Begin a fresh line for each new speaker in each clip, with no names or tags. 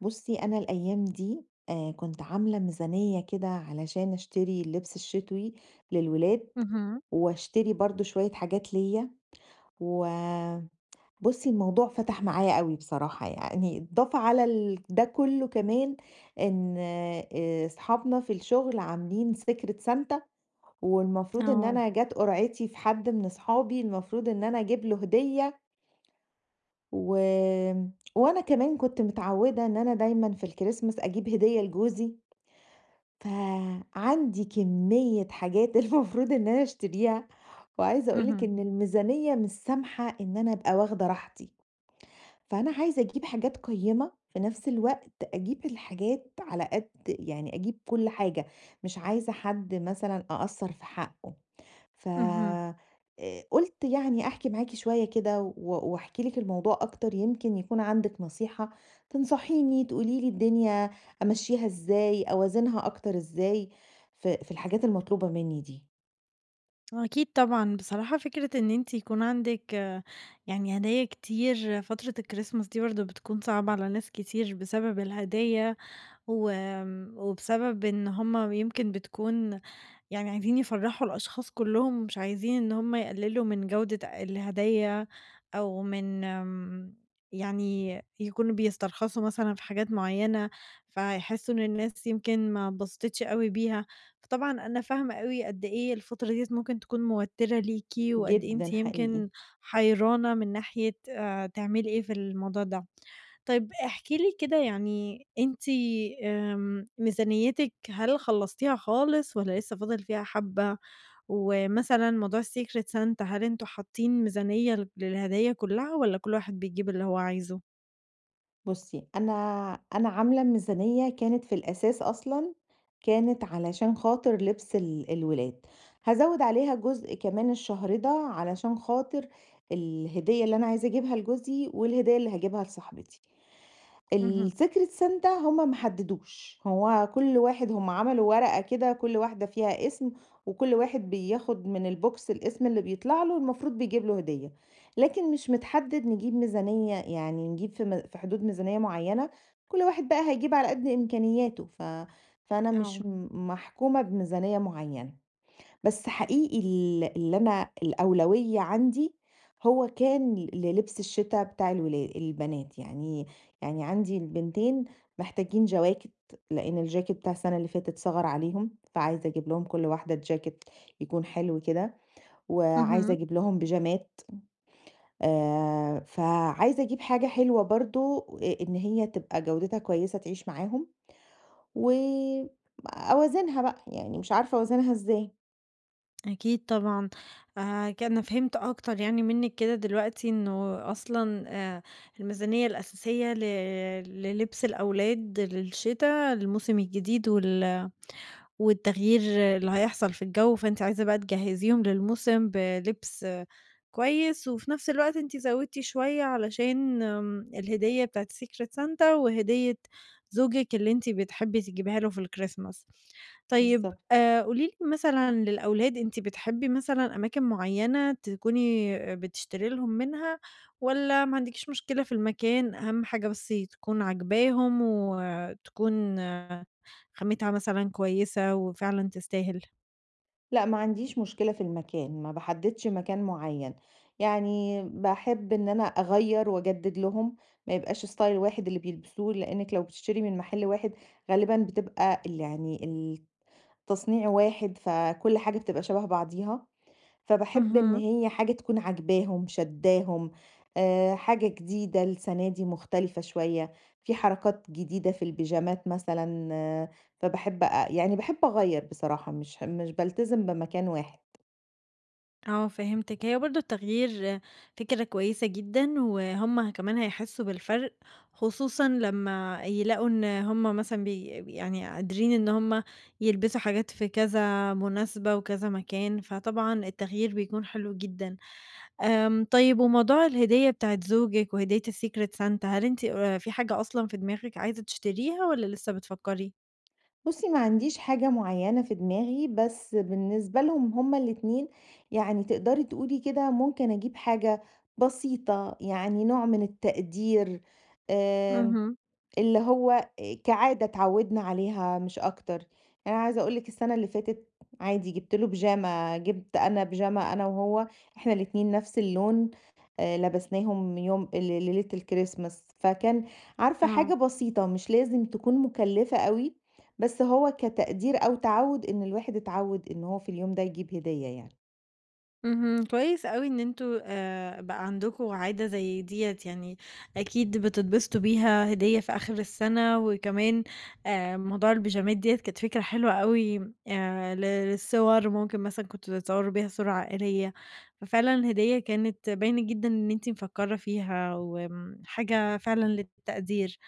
بُصّي، أنا الأيام دي كنت عاملة ميزانية كده علشان أشتري اللبس الشتوي للولاد،
اهم.
وأشتري برضه شوية حاجات ليّا. وبُصّي، الموضوع فتح معايا أوي بصراحة، يعني إضافة على ده كله، كمان إن أصحابنا في الشغل عاملين secret santa، والمفروض إن
آه.
أنا جات قرعتي في حد من أصحابي، المفروض إن أنا أجيب له هدية. و وأنا كمان كنت متعودة إن أنا دايمًا في الكريسماس أجيب هدية لجوزي، فعندي كمية حاجات المفروض إن أنا أشتريها، وعايزة أقول لِك
اهم.
إن الميزانية مش سامحة إن أنا أبقى واخدة راحتي. فأنا عايزة أجيب حاجات قيّمة، في نفس الوقت أجيب الحاجات على قد يعني أجيب كل حاجة، مش عايزة حد مثلًا أقصّر في حقه. ف
اهم.
قُلت يعني أحكي معاكِ شوية كده، واحكي لِك الموضوع أكتر، يمكن يكون عندِك نصيحة تنصحيني تقولي لي الدنيا أمشّيها إزاي، أوازنها أكتر إزاي في الحاجات المطلوبة منّي دي.
أكيد طبعًا، بصراحة فكرة إن أنتِ يكون عندِك يعني هدايا كتير فترة الChristmas دي برضه بتكون صعبة على ناس كتير بسبب الهدايا، و وبسبب إن هُم يمكن بتكون يعني عايزين يفرّحوا الأشخاص كلّهم، مش عايزين إن هُم يقلّلوا من جودة الهدايا أو من يعني يكونوا بيسترخصوا مثلًا في حاجات معيّنة، فيحسّوا إن الناس يمكن ما اتبسطتش أوي بيها، فطبعًا أنا فاهمة أوي قد إيه الفترة ديّة ممكن تكون موتّرة ليكِ، وقد إيه أنتِ
جدًا حقيقي.
يمكن حيرانة من ناحية تعملي إيه في الموضوع ده. طيب احكي لي كده يعني أنتِ، ميزانيتِك هل خلّصتيها خالص والّا لسه فاضل فيها حبّة؟ ومثلًا موضوع الsecret santa هل أنتم حاطين ميزانية للهدايا كلّها والّا كل واحد بيجيب اللي هو عايزه؟
بُصّي، أنا عاملة ميزانية كانت في الأساس أصلًا، كانت علشان خاطر لبس الولاد، هازوّد عليها جزء كمان الشهرِدة علشان خاطر الهدية اللي أنا عايزة أجيبها لجوزي والهدية اللي هاجيبها لصاحبتي.
اهم.
الsecret santa هُم ما حددوش، هو كل واحد، هُم عملوا ورقة كده كل واحدة فيها اسم، وكل واحد بياخد من الbox الاسم اللي بيطلع له المفروض بيجيب له هدية، لكن مش متحدد نجيب ميزانية، يعني نجيب في حدود ميزانية معينة، كل واحد بقى هيجيب على قد إمكانياته. فأنا
آه.
مش محكومة بميزانية معينة. بس حقيقي اللي أنا الأولوية عندي هو كان للبس الشتا بتاع البنات، يعني عندي البنتين محتاجين جواكت، لإن الجاكيت بتاع السنة اللي فاتت صغَر عليهم، فعايزة أجيب لهم كل واحدة جاكيت يكون حلو كده، وعايزة
اهم.
أجيب لهم بيجامات. فعايزة أجيب حاجة حلوة برضه، إن هي تبقى جودتها كويسة تعيش معاهم. و أوازنها بقى، يعني مش عارفة أوازنها إزاي؟
أكيد طبعًا. ك أنا فهمت أكتر يعني منِّك كده دلوقتي إنه أصلًا، الميزانية الأساسية للبس الأولاد للشتا، الموسم الجديد والتغيير اللي هيحصل في الجو، فأنتِ عايزة بقى تجهّزيهم للموسم بلبس كويس، وفي نفس الوقت أنتِ زوّدتِ شوية علشان الهدية بتاعة secret santa وهدية زوجِك اللي أنتِ بتحبي تجيبيها له في الكريسماس. طيب
بالضبط.
آآ، قولي لي مثلًا للأولاد أنتِ بتحبي مثلًا أماكن معيّنة تكوني بتشتري لهم منها، والّا ما عندكيش مشكلة في المكان، أهم حاجة بس تكون عاجباهم وتكون خامتها مثلًا كويسة وفعلًا تستاهل.
لأ، ما عنديش مشكلة في المكان، ما باحددش مكان معين، يعني باحب إن أنا أغيّر وأجدد لهم، ما يبقاش style واحد اللي بيلبسوه، لإنِّك لو بتشتري من محل واحد غالبًا بتبقى يعني التصنيع واحد، فكل حاجة بتبقى شبه بعضيها. فباحب إن
اهم.
هي حاجة تكون عاجباهم، شادّاهم. حاجة جديدة السنة دي مختلفة شوية، في حركات جديدة في البيجامات مثلًا. فباحب أ يعني باحب أغيّر بصراحة، مش بالتزم بمكان واحد.
آه، فهمتِك، هي برضه التغيير فكرة كويسة جدًا، وهُم كمان هيحسوا بالفرق، خصوصًا لمّا يلاقوا إن هُم مثلًا يعني قادرين إن هُم يلبسوا حاجات في كذا مناسبة وكذا مكان، فطبعًا التغيير بيكون حلو جدًا. آمم، طيب وموضوع الهدية بتاعة زوجِك وهدية الsecret santa، هل أنتِ في حاجة أصلًا في دماغِك عايزة تشتريها والّا لسه بتفكّري؟
بُصّي، ما عنديش حاجة معيّنة في دماغي، بس بالنسبة لهم هُم الاتنين، يعني تقدري تقولي كده ممكن أجيب حاجة بسيطة، يعني نوع من التقدير، آمم
اهم.
اللي هو كعادة اتعودنا عليها مش أكتر. يعني أنا عايزة أقول لِك السنة اللي فاتت عادي جِبت له بيجامة، جِبت أنا بيجامة أنا وهو، إحنا الاتنين نفس اللون. لبسناهم يوم ليلة الكريسماس، فكان عارفة
آه.
حاجة بسيطة مش لازم تكون مُكلّفة أوي، بس هو كتقدير أو تعوُّد إن الواحد اتعوّد إن هو في اليوم ده يجيب هدية يعني.
اهم. كويس أوي إن أنتم بقى عندكم عادة زي ديّة، يعني أكيد بتتبسطوا بيها، هدية في آخر السَنة وكمان موضوع البيجامات ديّة كانت فكرة حلوة أوي ل للصور، ممكن مثلًا كنتوا تتصوروا بيها صورة عائلية، ففعلًا الهدية كانت باينة جدًا إن أنتِ مفكّرة فيها، حاجة فعلًا للتقدير.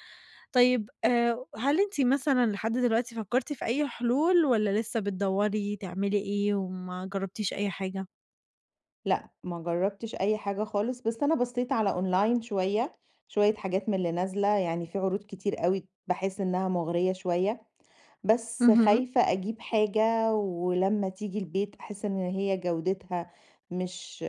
طيب، هل أنتِ مثلًا لحد دلوقتي فكّرتِ في أي حلول والّا لسه بتدوّري تعملي إيه وما جرّبتيش أي حاجة؟
لأ، ما جرّبتش أي حاجة خالص، بس أنا بصّيت على أونلاين شوية، شوية حاجات من اللي نازلة، يعني في عروض كتير أوي باحس إنها مغرية شوية، بس
اهم.
خايفة أجيب حاجة ولمّا تيجي البيت أحس إن هي جودتها مش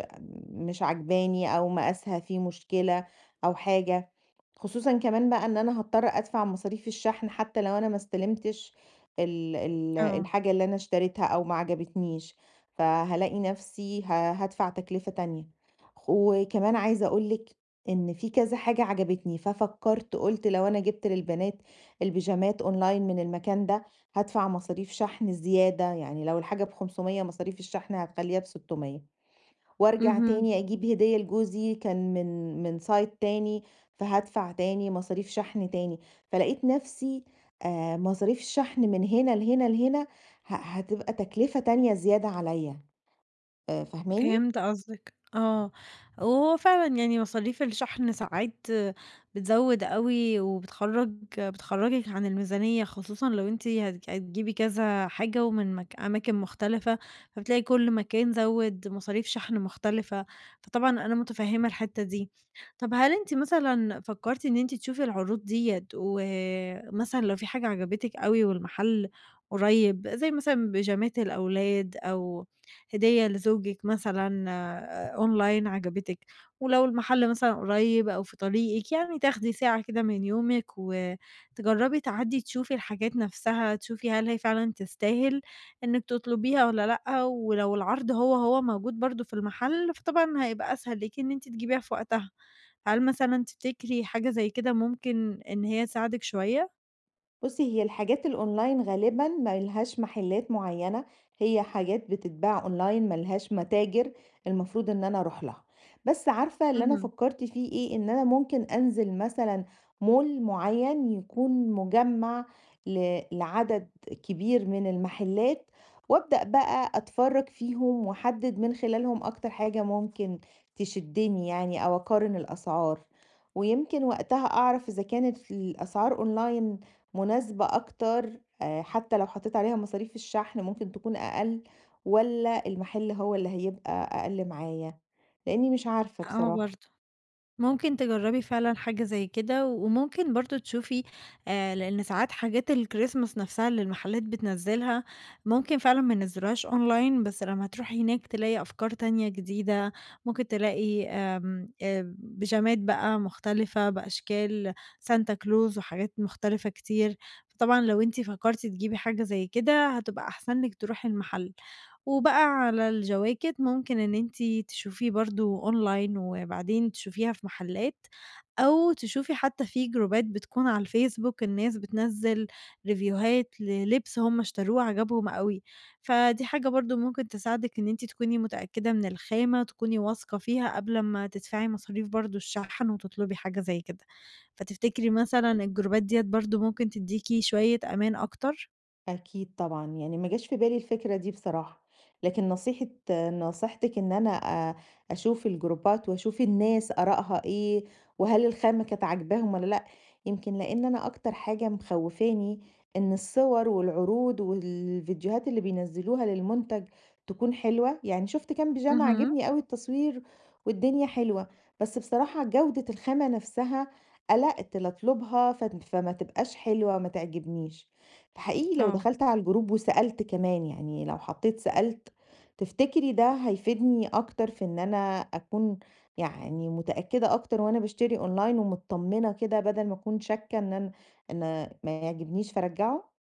مش عاجباني، أو مقاسها فيه مشكلة أو حاجة. خصوصًا كمان بقى إن أنا هاضطر أدفع مصاريف الشحن حتى لو أنا ما استلمتش ال ال
آه.
الحاجة اللي أنا اشتريتها أو ما عجبتنيش، فهالاقي نفسي هادفع تكلفة تانية. وكمان عايزة أقول لِك إن في كذا حاجة عجبتني، ففكرت قُلت لو أنا جِبت للبنات البيجامات أونلاين من المكان ده، هادفع مصاريف شحن زيادة، يعني لو الحاجة ب500 مصاريف الشحن هتخلّيها ب600. وارجع
اهم.
تاني اجيب هدية لجوزي كان من سايت تاني، فهادفع تاني مصاريف شحن تاني، فلقيت نفسي مصاريف الشحن من هنا لهنا لهنا هتبقى تكلفة تانية زيادة عليا. آه، فاهماني؟
فهمت قصدك، آه، وهو فعلًا يعني مصاريف الشحن ساعات بتزوّد أوي وبتخرّج بتخرّجِك عن الميزانية، خصوصًا لو أنتِ هتجيبي كذا حاجة ومن أماكن مختلفة، فبتلاقي كل مكان زوّد مصاريف شحن مختلفة، فطبعًا أنا متفهمة الحتة دي. طب هل أنتِ مثلًا فكرتِ إن أنتِ تشوفي العروض ديّة ومثلًا لو في حاجة عجبتِك أوي والمحل قريب، زي مثلًا بيجامات الأولاد أو هدية لزوجِك مثلًا، آه، أونلاين عجبتِك، ولو المحل مثلًا قريب أو في طريقِك، يعني تاخدي ساعة كده من يومِك وتجربي تعدّي تشوفي الحاجات نفسها، تشوفي هل هي فعلًا تستاهل إنِك تطلبيها والّا لأ، ولو العرض هو، هو موجود برضه في المحل، فطبعًا هيبقى أسهل ليكِ إن أنتِ تجيبيها في وقتها. هل مثلًا تفتكري حاجة زي كده ممكن إن هي تساعدِك شوية؟
بُصّي، هي الحاجات الأونلاين غالبًا ما لهاش محلات معيّنة، هي حاجات بتتباع أونلاين ما لهاش متاجر المفروض إن أنا أروح لها. بس عارفة اللي أنا
اهم.
فكّرت فيه إيه، إن أنا ممكن أنزل مثلًا mall معيّن يكون مجمّع لعدد كبير من المحلات، وأبدأ بقى أتفرّج فيهم وأحدد من خلالهم أكتر حاجة ممكن تشدّني، يعني أو أقارن الأسعار. ويمكن وقتها أعرف إذا كانت الأسعار أونلاين مناسبة أكتر، حتى لو حطيت عليها مصاريف الشحن ممكن تكون أقل، والّا المحل هو اللي هيبقى أقل معايا؟ لإني مش عارفة
آه
بصراحة.
برضه. ممكن تجرّبي فعلًا حاجة زي كده، و- وممكن برضه تشوفي، لإن ساعات حاجات الكريسماس نفْسها اللي المحلات بتنزّلها، ممكن فعلًا ما ينزّلوهاش أونلاين، بس لمّا تروحي هناك تلاقي أفكار تانية جديدة، ممكن تلاقي آمم، بيجامات بقى مختلفة بأشكال سانتا كلوز وحاجات مختلفة كتير، فطبعًا لو أنتِ فكرتِ تجيبي حاجة زي كده، هتبقى أحسن لِك تروحي المحل. وبقى على الجواكت ممكن إن أنتِ تشوفي برضه online وبعدين تشوفيها في محلات، أو تشوفي حتى في جروبات بتكون على الفيسبوك، الناس بتنزّل ريفيوهات للبس هم اشتروه عجبهم أوي، فدي حاجة برضه ممكن تساعدِك إن أنتِ تكوني متأكدة من الخامة، تكوني واثقة فيها قبل ما تدفعي مصاريف برضه الشحن وتطلبي حاجة زي كده. فتفتكري مثلًا الجروبات ديّة برضه ممكن تدّيكِ شوية أمان أكتر؟
أكيد طبعًا، يعني ما جاش في بالي الفكرة دي بصراحة، لكن نصيحتِك إن أنا أ أشوف الجروبات وأشوف الناس آرائها إيه، وهل الخامة كانت عاجباهم والّا لأ. يمكن لإن أنا أكتر حاجة مخوّفاني إن الصور والعروض والفيديوهات اللي بينزّلوها للمنتج تكون حلوة، يعني شُفت كام بيجامة
اهم.
عاجبني أوي التصوير والدنيا حلوة، بس بصراحة جودة الخامة نفسها قلقت لا أطلبها فما تبقاش حلوة ما تعجبنيش. حقيقي لو
آه.
دخلت على الجروب وسألت كمان، يعني لو حطيت سألت، تفتكري ده هيفيدني أكتر في إن أنا أكون يعني متأكدة أكتر وأنا بشتري أونلاين ومطمنة كده، بدل ما أكون شاكة إن ما يعجبنيش فأرجعه؟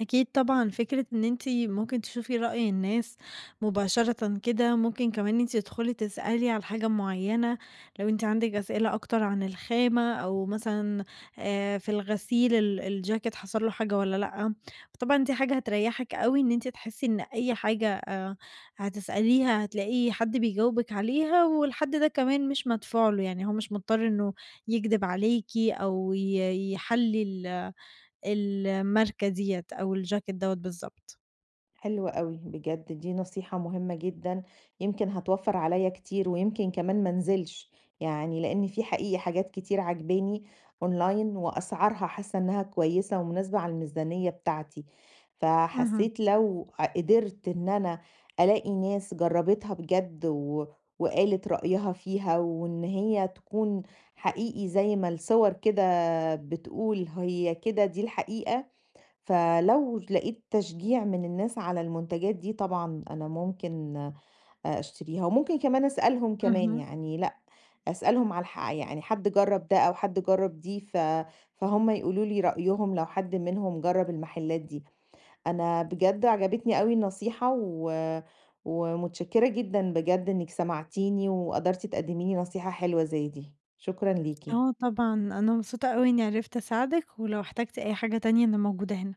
أكيد طبعًا، فكرة إن أنتِ ممكن تشوفي رأي الناس مباشرةً كده، ممكن كمان أنتِ تدخلي تسألي على حاجة معينة، لو أنتِ عندِك أسئلة أكتر عن الخامة أو مثلًا في الغسيل الجاكيت حصل له حاجة والّا لأ، فطبعًا دي حاجة هتريحِك أوي إن أنتِ تحسي إن أي حاجة هتسأليها هتلاقي حد بيجاوبِك عليها، والحد ده كمان مش مدفوع له، يعني هو مش مضطر إنه يكدب عليكِ أو يحلل الماركة ديّة أو الجاكيت دوّة بالضبط.
حلو أوي، بجد دي نصيحة مهمة جدًا، يمكن هتوفّر عليَّ كتير ويمكن كمان ما انزلش، يعني لإن في حقيقي حاجات كتير عاجباني أونلاين وأسعارها حاسة إنها كويسة ومناسبة على الميزانية بتاعتي.
اهم.
فحسيت لو قدرت إن أنا ألاقي ناس جرّبتها بجد وقالت رأيها فيها، وإن هي تكون حقيقي زي ما الصور كده بتقول، هي كده دي الحقيقة. فلو لقيت تشجيع من الناس على المنتجات دي طبعًا أنا ممكن أشتريها، وممكن كمان أسألهم، كمان
اهم.
يعني لأ، أسألهم على يعني حد جرّب ده أو حد جرّب دي فهُم يقولوا لي رأيهم لو حد منهم جرّب المحلات دي. أنا بجد عجبتني أوي النصيحة، ومتشكرة جدًا بجد إنِّك سمعتيني وقدرتِ تقدمي لي نصيحة حلوة زي دي، شكرًا
آه
ليكِ.
طبعًا، أنا مبسوطة أوي إني عرفت أساعدِك، ولو احتجتِ أي حاجة تانية أنا موجودة هنا.